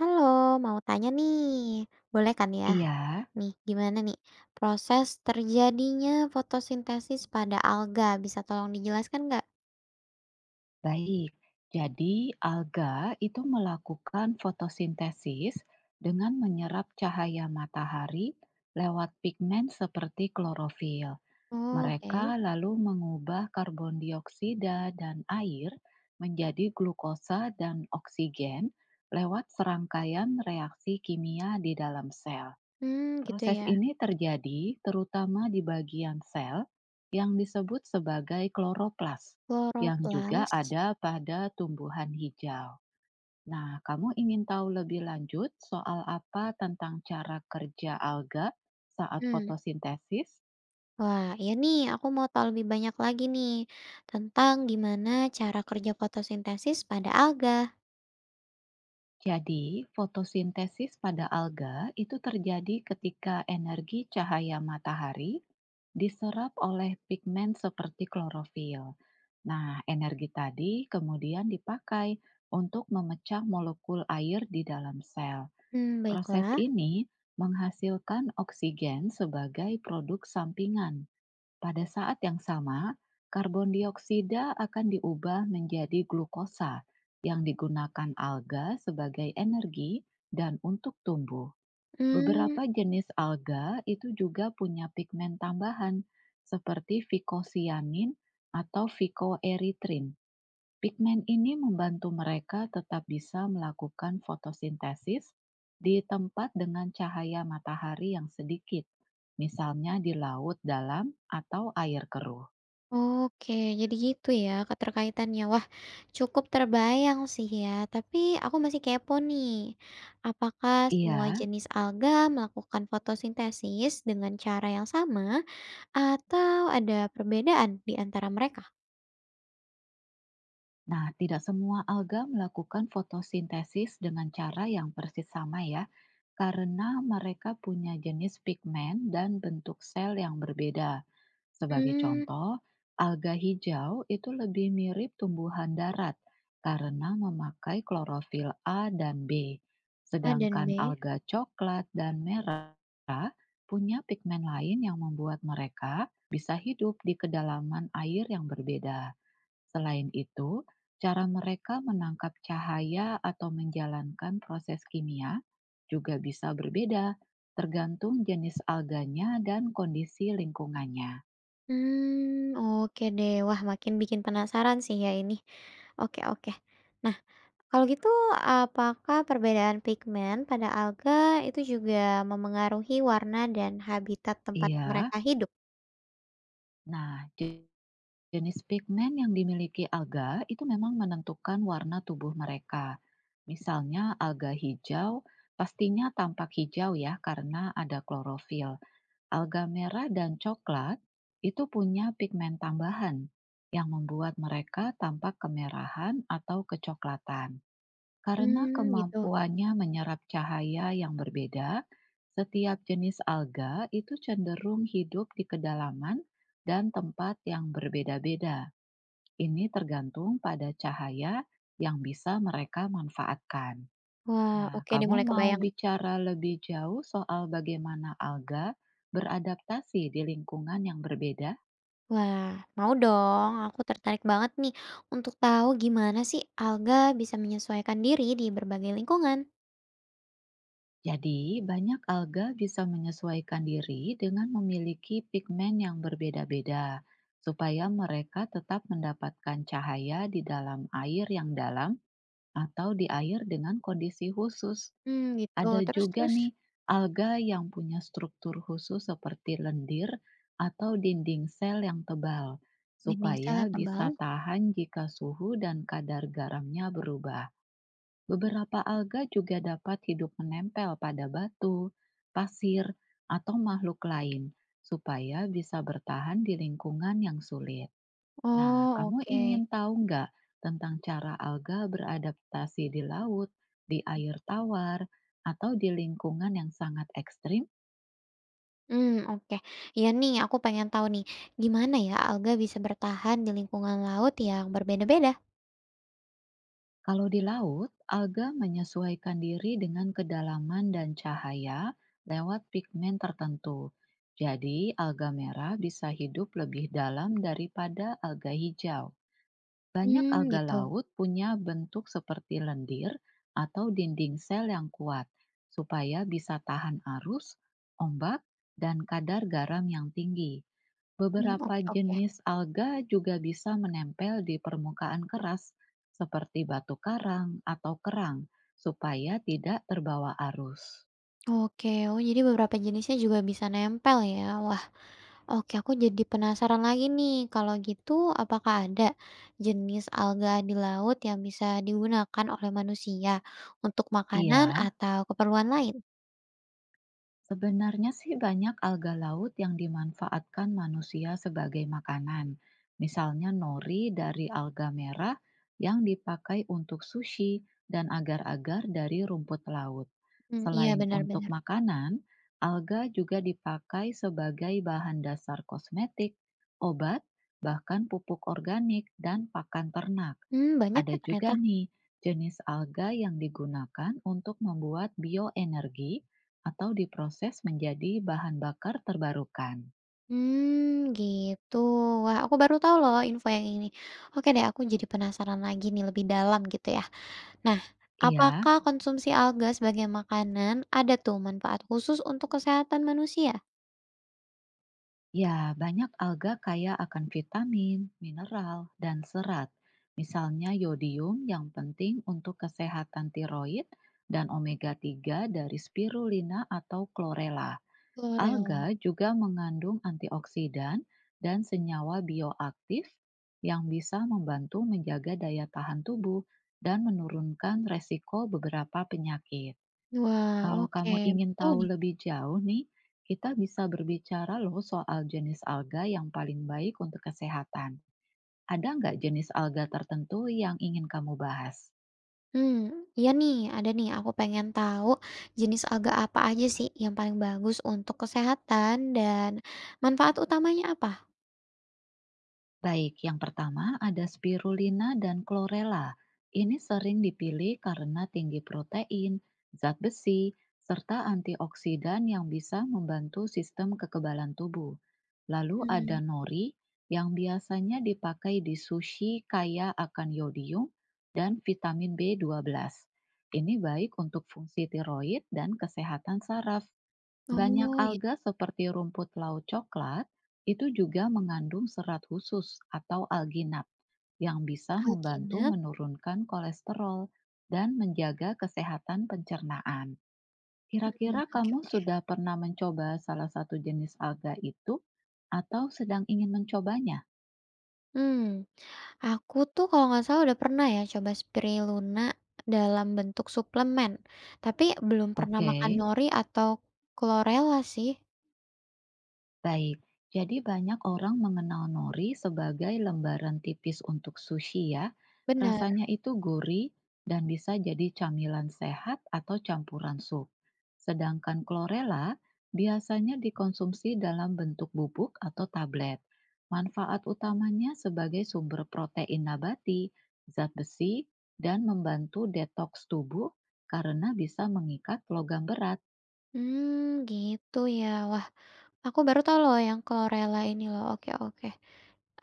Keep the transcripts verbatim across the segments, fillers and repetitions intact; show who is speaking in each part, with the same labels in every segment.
Speaker 1: Halo, mau tanya nih, boleh kan ya?
Speaker 2: Iya,
Speaker 1: Nih, gimana nih proses terjadinya fotosintesis pada alga? Bisa tolong dijelaskan nggak?
Speaker 2: baik. Jadi, alga itu melakukan fotosintesis dengan menyerap cahaya matahari lewat pigmen seperti klorofil.
Speaker 1: Oh,
Speaker 2: Mereka
Speaker 1: oke.
Speaker 2: lalu mengubah karbon dioksida dan air menjadi glukosa dan oksigen lewat serangkaian reaksi kimia di dalam sel.
Speaker 1: Hmm, gitu
Speaker 2: Proses
Speaker 1: ya.
Speaker 2: ini terjadi terutama di bagian sel yang disebut sebagai kloroplas, yang juga
Speaker 1: Kloroplas.
Speaker 2: ada pada tumbuhan hijau. Nah, kamu ingin tahu lebih lanjut soal apa tentang cara kerja alga saat
Speaker 1: Hmm,
Speaker 2: fotosintesis?
Speaker 1: Wah, ya nih, aku mau tahu lebih banyak lagi nih tentang gimana cara kerja fotosintesis pada alga.
Speaker 2: Jadi, fotosintesis pada alga itu terjadi ketika energi cahaya matahari diserap oleh pigmen seperti klorofil. Nah, energi tadi kemudian dipakai untuk memecah molekul air di dalam sel.
Speaker 1: Hmm,
Speaker 2: Proses
Speaker 1: baiklah.
Speaker 2: ini menghasilkan oksigen sebagai produk sampingan pada saat yang sama, karbon dioksida akan diubah menjadi glukosa yang digunakan alga sebagai energi dan untuk tumbuh.
Speaker 1: Hmm.
Speaker 2: Beberapa jenis alga itu juga punya pigmen tambahan seperti vicosianin atau vicoeritrin. Pigmen ini membantu mereka tetap bisa melakukan fotosintesis di tempat dengan cahaya matahari yang sedikit, misalnya di laut dalam atau air keruh.
Speaker 1: Oke, jadi gitu ya keterkaitannya. Wah, cukup terbayang sih ya. Tapi aku masih kepo nih. Apakah semua
Speaker 2: Iya.
Speaker 1: jenis alga melakukan fotosintesis dengan cara yang sama atau ada perbedaan di antara mereka?
Speaker 2: Nah, tidak semua alga melakukan fotosintesis dengan cara yang persis sama ya, karena mereka punya jenis pigmen dan bentuk sel yang berbeda. Sebagai
Speaker 1: Hmm,
Speaker 2: contoh, alga hijau itu lebih mirip tumbuhan darat karena memakai klorofil A dan B,
Speaker 1: A dan
Speaker 2: sedangkan
Speaker 1: B.
Speaker 2: alga coklat dan merah punya pigmen lain yang membuat mereka bisa hidup di kedalaman air yang berbeda. Selain itu, cara mereka menangkap cahaya atau menjalankan proses kimia juga bisa berbeda tergantung jenis alganya dan kondisi lingkungannya.
Speaker 1: Hmm, oke deh. Wah, makin bikin penasaran sih ya ini. Oke, oke. Nah, kalau gitu apakah perbedaan pigmen pada alga itu juga memengaruhi warna dan habitat tempat
Speaker 2: Iya.
Speaker 1: mereka hidup?
Speaker 2: Nah, je- jenis pigmen yang dimiliki alga itu memang menentukan warna tubuh mereka. Misalnya alga hijau pastinya tampak hijau ya karena ada klorofil. Alga merah dan coklat itu punya pigmen tambahan yang membuat mereka tampak kemerahan atau kecoklatan. Karena
Speaker 1: Hmm, gitu.
Speaker 2: kemampuannya menyerap cahaya yang berbeda, setiap jenis alga itu cenderung hidup di kedalaman dan tempat yang berbeda-beda. Ini tergantung pada cahaya yang bisa mereka manfaatkan.
Speaker 1: Wah,
Speaker 2: Nah,
Speaker 1: oke nih
Speaker 2: kamu
Speaker 1: mulai
Speaker 2: mau
Speaker 1: kebayang nih.
Speaker 2: bicara lebih jauh soal bagaimana alga beradaptasi di lingkungan yang berbeda?
Speaker 1: Wah, mau dong, aku tertarik banget nih untuk tahu gimana sih alga bisa menyesuaikan diri di berbagai lingkungan.
Speaker 2: Jadi, banyak alga bisa menyesuaikan diri dengan memiliki pigmen yang berbeda-beda, supaya mereka tetap mendapatkan cahaya di dalam air yang dalam atau di air dengan kondisi khusus.
Speaker 1: Hmm, gitu.
Speaker 2: Ada
Speaker 1: Terus,
Speaker 2: juga
Speaker 1: terus?
Speaker 2: nih alga yang punya struktur khusus seperti lendir atau dinding sel yang tebal,
Speaker 1: Dinding sel
Speaker 2: supaya
Speaker 1: yang
Speaker 2: bisa
Speaker 1: tebal.
Speaker 2: tahan jika suhu dan kadar garamnya berubah. Beberapa alga juga dapat hidup menempel pada batu, pasir, atau makhluk lain, supaya bisa bertahan di lingkungan yang sulit. Nah,
Speaker 1: Oh,
Speaker 2: kamu
Speaker 1: oke.
Speaker 2: ingin tahu nggak tentang cara alga beradaptasi di laut, di air tawar, atau di lingkungan yang sangat ekstrim?
Speaker 1: Hmm, oke. Iya nih, aku pengen tahu nih, gimana ya alga bisa bertahan di lingkungan laut yang berbeda-beda?
Speaker 2: Kalau di laut, alga menyesuaikan diri dengan kedalaman dan cahaya lewat pigmen tertentu. Jadi, alga merah bisa hidup lebih dalam daripada alga hijau. Banyak
Speaker 1: Hmm,
Speaker 2: alga
Speaker 1: gitu.
Speaker 2: laut punya bentuk seperti lendir atau dinding sel yang kuat, supaya bisa tahan arus, ombak, dan kadar garam yang tinggi.
Speaker 1: Hmm,
Speaker 2: Beberapa
Speaker 1: oke, oke.
Speaker 2: jenis alga juga bisa menempel di permukaan keras, seperti batu karang atau kerang, supaya tidak terbawa arus.
Speaker 1: Oke, oh jadi beberapa jenisnya juga bisa nempel ya? Wah, oke aku jadi penasaran lagi nih, kalau gitu apakah ada jenis alga di laut yang bisa digunakan oleh manusia untuk makanan
Speaker 2: Iya.
Speaker 1: atau keperluan lain?
Speaker 2: Sebenarnya sih banyak alga laut yang dimanfaatkan manusia sebagai makanan. Misalnya nori dari alga merah yang dipakai untuk sushi dan agar-agar dari rumput laut.
Speaker 1: Hmm, iya
Speaker 2: Selain
Speaker 1: benar,
Speaker 2: untuk
Speaker 1: benar.
Speaker 2: makanan, alga juga dipakai sebagai bahan dasar kosmetik, obat, bahkan pupuk organik dan pakan ternak.
Speaker 1: Hmm, banyak
Speaker 2: Ada
Speaker 1: ya
Speaker 2: juga
Speaker 1: ternyata.
Speaker 2: nih jenis alga yang digunakan untuk membuat bioenergi atau diproses menjadi bahan bakar terbarukan.
Speaker 1: Hmm, gitu. Wah, aku baru tahu loh info yang ini. Oke deh, aku jadi penasaran lagi nih lebih dalam gitu ya. Nah,
Speaker 2: Iya,
Speaker 1: apakah konsumsi alga sebagai makanan ada tuh manfaat khusus untuk kesehatan manusia?
Speaker 2: ya banyak alga kaya akan vitamin, mineral, dan serat. Misalnya yodium yang penting untuk kesehatan tiroid dan omega tiga dari spirulina atau chlorella.
Speaker 1: Chlorella.
Speaker 2: Alga juga mengandung antioksidan dan senyawa bioaktif yang bisa membantu menjaga daya tahan tubuh dan menurunkan resiko beberapa penyakit.
Speaker 1: Wah,
Speaker 2: Kalau
Speaker 1: oke,
Speaker 2: kamu
Speaker 1: baru
Speaker 2: ingin
Speaker 1: tahu
Speaker 2: tahu
Speaker 1: nih.
Speaker 2: lebih jauh nih, kita bisa berbicara loh soal jenis alga yang paling baik untuk kesehatan. Ada nggak jenis alga tertentu yang ingin kamu bahas?
Speaker 1: Hmm, iya nih, ada nih, aku pengen tahu jenis alga apa aja sih yang paling bagus untuk kesehatan dan manfaat utamanya apa?
Speaker 2: Baik, yang pertama ada spirulina dan chlorella. Ini sering dipilih karena tinggi protein, zat besi, serta antioksidan yang bisa membantu sistem kekebalan tubuh. Lalu
Speaker 1: Hmm.
Speaker 2: ada nori yang biasanya dipakai di sushi kaya akan yodium dan vitamin B dua belas. Ini baik untuk fungsi tiroid dan kesehatan saraf. Banyak
Speaker 1: Oh, ya,
Speaker 2: alga seperti rumput laut coklat itu juga mengandung serat khusus atau alginat yang bisa membantu
Speaker 1: alginat.
Speaker 2: menurunkan kolesterol dan menjaga kesehatan pencernaan.
Speaker 1: Hmm,
Speaker 2: Kira-kira
Speaker 1: oke,
Speaker 2: kamu
Speaker 1: oke.
Speaker 2: sudah pernah mencoba salah satu jenis alga itu atau sedang ingin mencobanya?
Speaker 1: Hmm. Aku tuh kalau nggak salah udah pernah ya coba spirulina dalam bentuk suplemen, tapi belum pernah
Speaker 2: Oke.
Speaker 1: makan nori atau chlorella sih,
Speaker 2: Baik, jadi banyak orang mengenal nori sebagai lembaran tipis untuk sushi ya.
Speaker 1: bener.
Speaker 2: Rasanya itu gurih dan bisa jadi camilan sehat atau campuran sup. Sedangkan chlorella biasanya dikonsumsi dalam bentuk bubuk atau tablet. Manfaat utamanya sebagai sumber protein nabati, zat besi, dan membantu detoks tubuh karena bisa mengikat logam berat.
Speaker 1: Hmm, gitu ya. Wah, aku baru tahu loh yang chlorella ini loh. Oke, oke.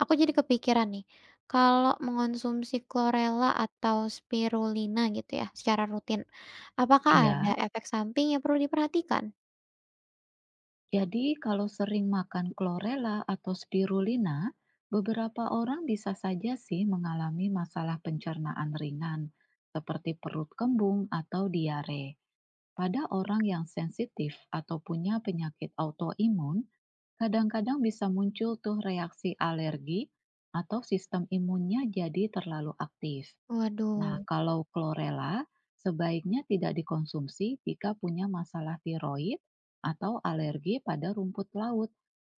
Speaker 1: Aku jadi kepikiran nih, kalau mengonsumsi chlorella atau spirulina gitu ya secara rutin, apakah ada
Speaker 2: Iya.
Speaker 1: efek samping yang perlu diperhatikan?
Speaker 2: Jadi, kalau sering makan chlorella atau spirulina, beberapa orang bisa saja sih mengalami masalah pencernaan ringan, seperti perut kembung atau diare. Pada orang yang sensitif atau punya penyakit autoimun, kadang-kadang bisa muncul tuh reaksi alergi atau sistem imunnya jadi terlalu aktif. Nah,
Speaker 1: Waduh.
Speaker 2: kalau chlorella sebaiknya tidak dikonsumsi jika punya masalah tiroid atau alergi pada rumput laut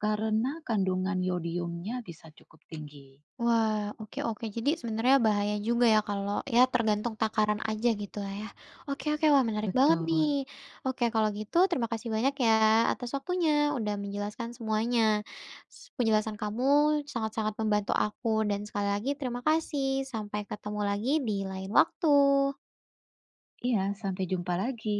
Speaker 2: karena kandungan yodiumnya bisa cukup tinggi.
Speaker 1: Wah, oke, oke. Jadi sebenarnya bahaya juga ya kalau ya tergantung takaran aja gitu lah ya. Oke, oke, wah menarik banget
Speaker 2: Betul.
Speaker 1: nih. Oke, kalau gitu terima kasih banyak ya atas waktunya udah menjelaskan semuanya. S- Penjelasan kamu sangat-sangat membantu aku dan sekali lagi terima kasih. Sampai ketemu lagi di lain waktu.
Speaker 2: Iya, sampai jumpa lagi.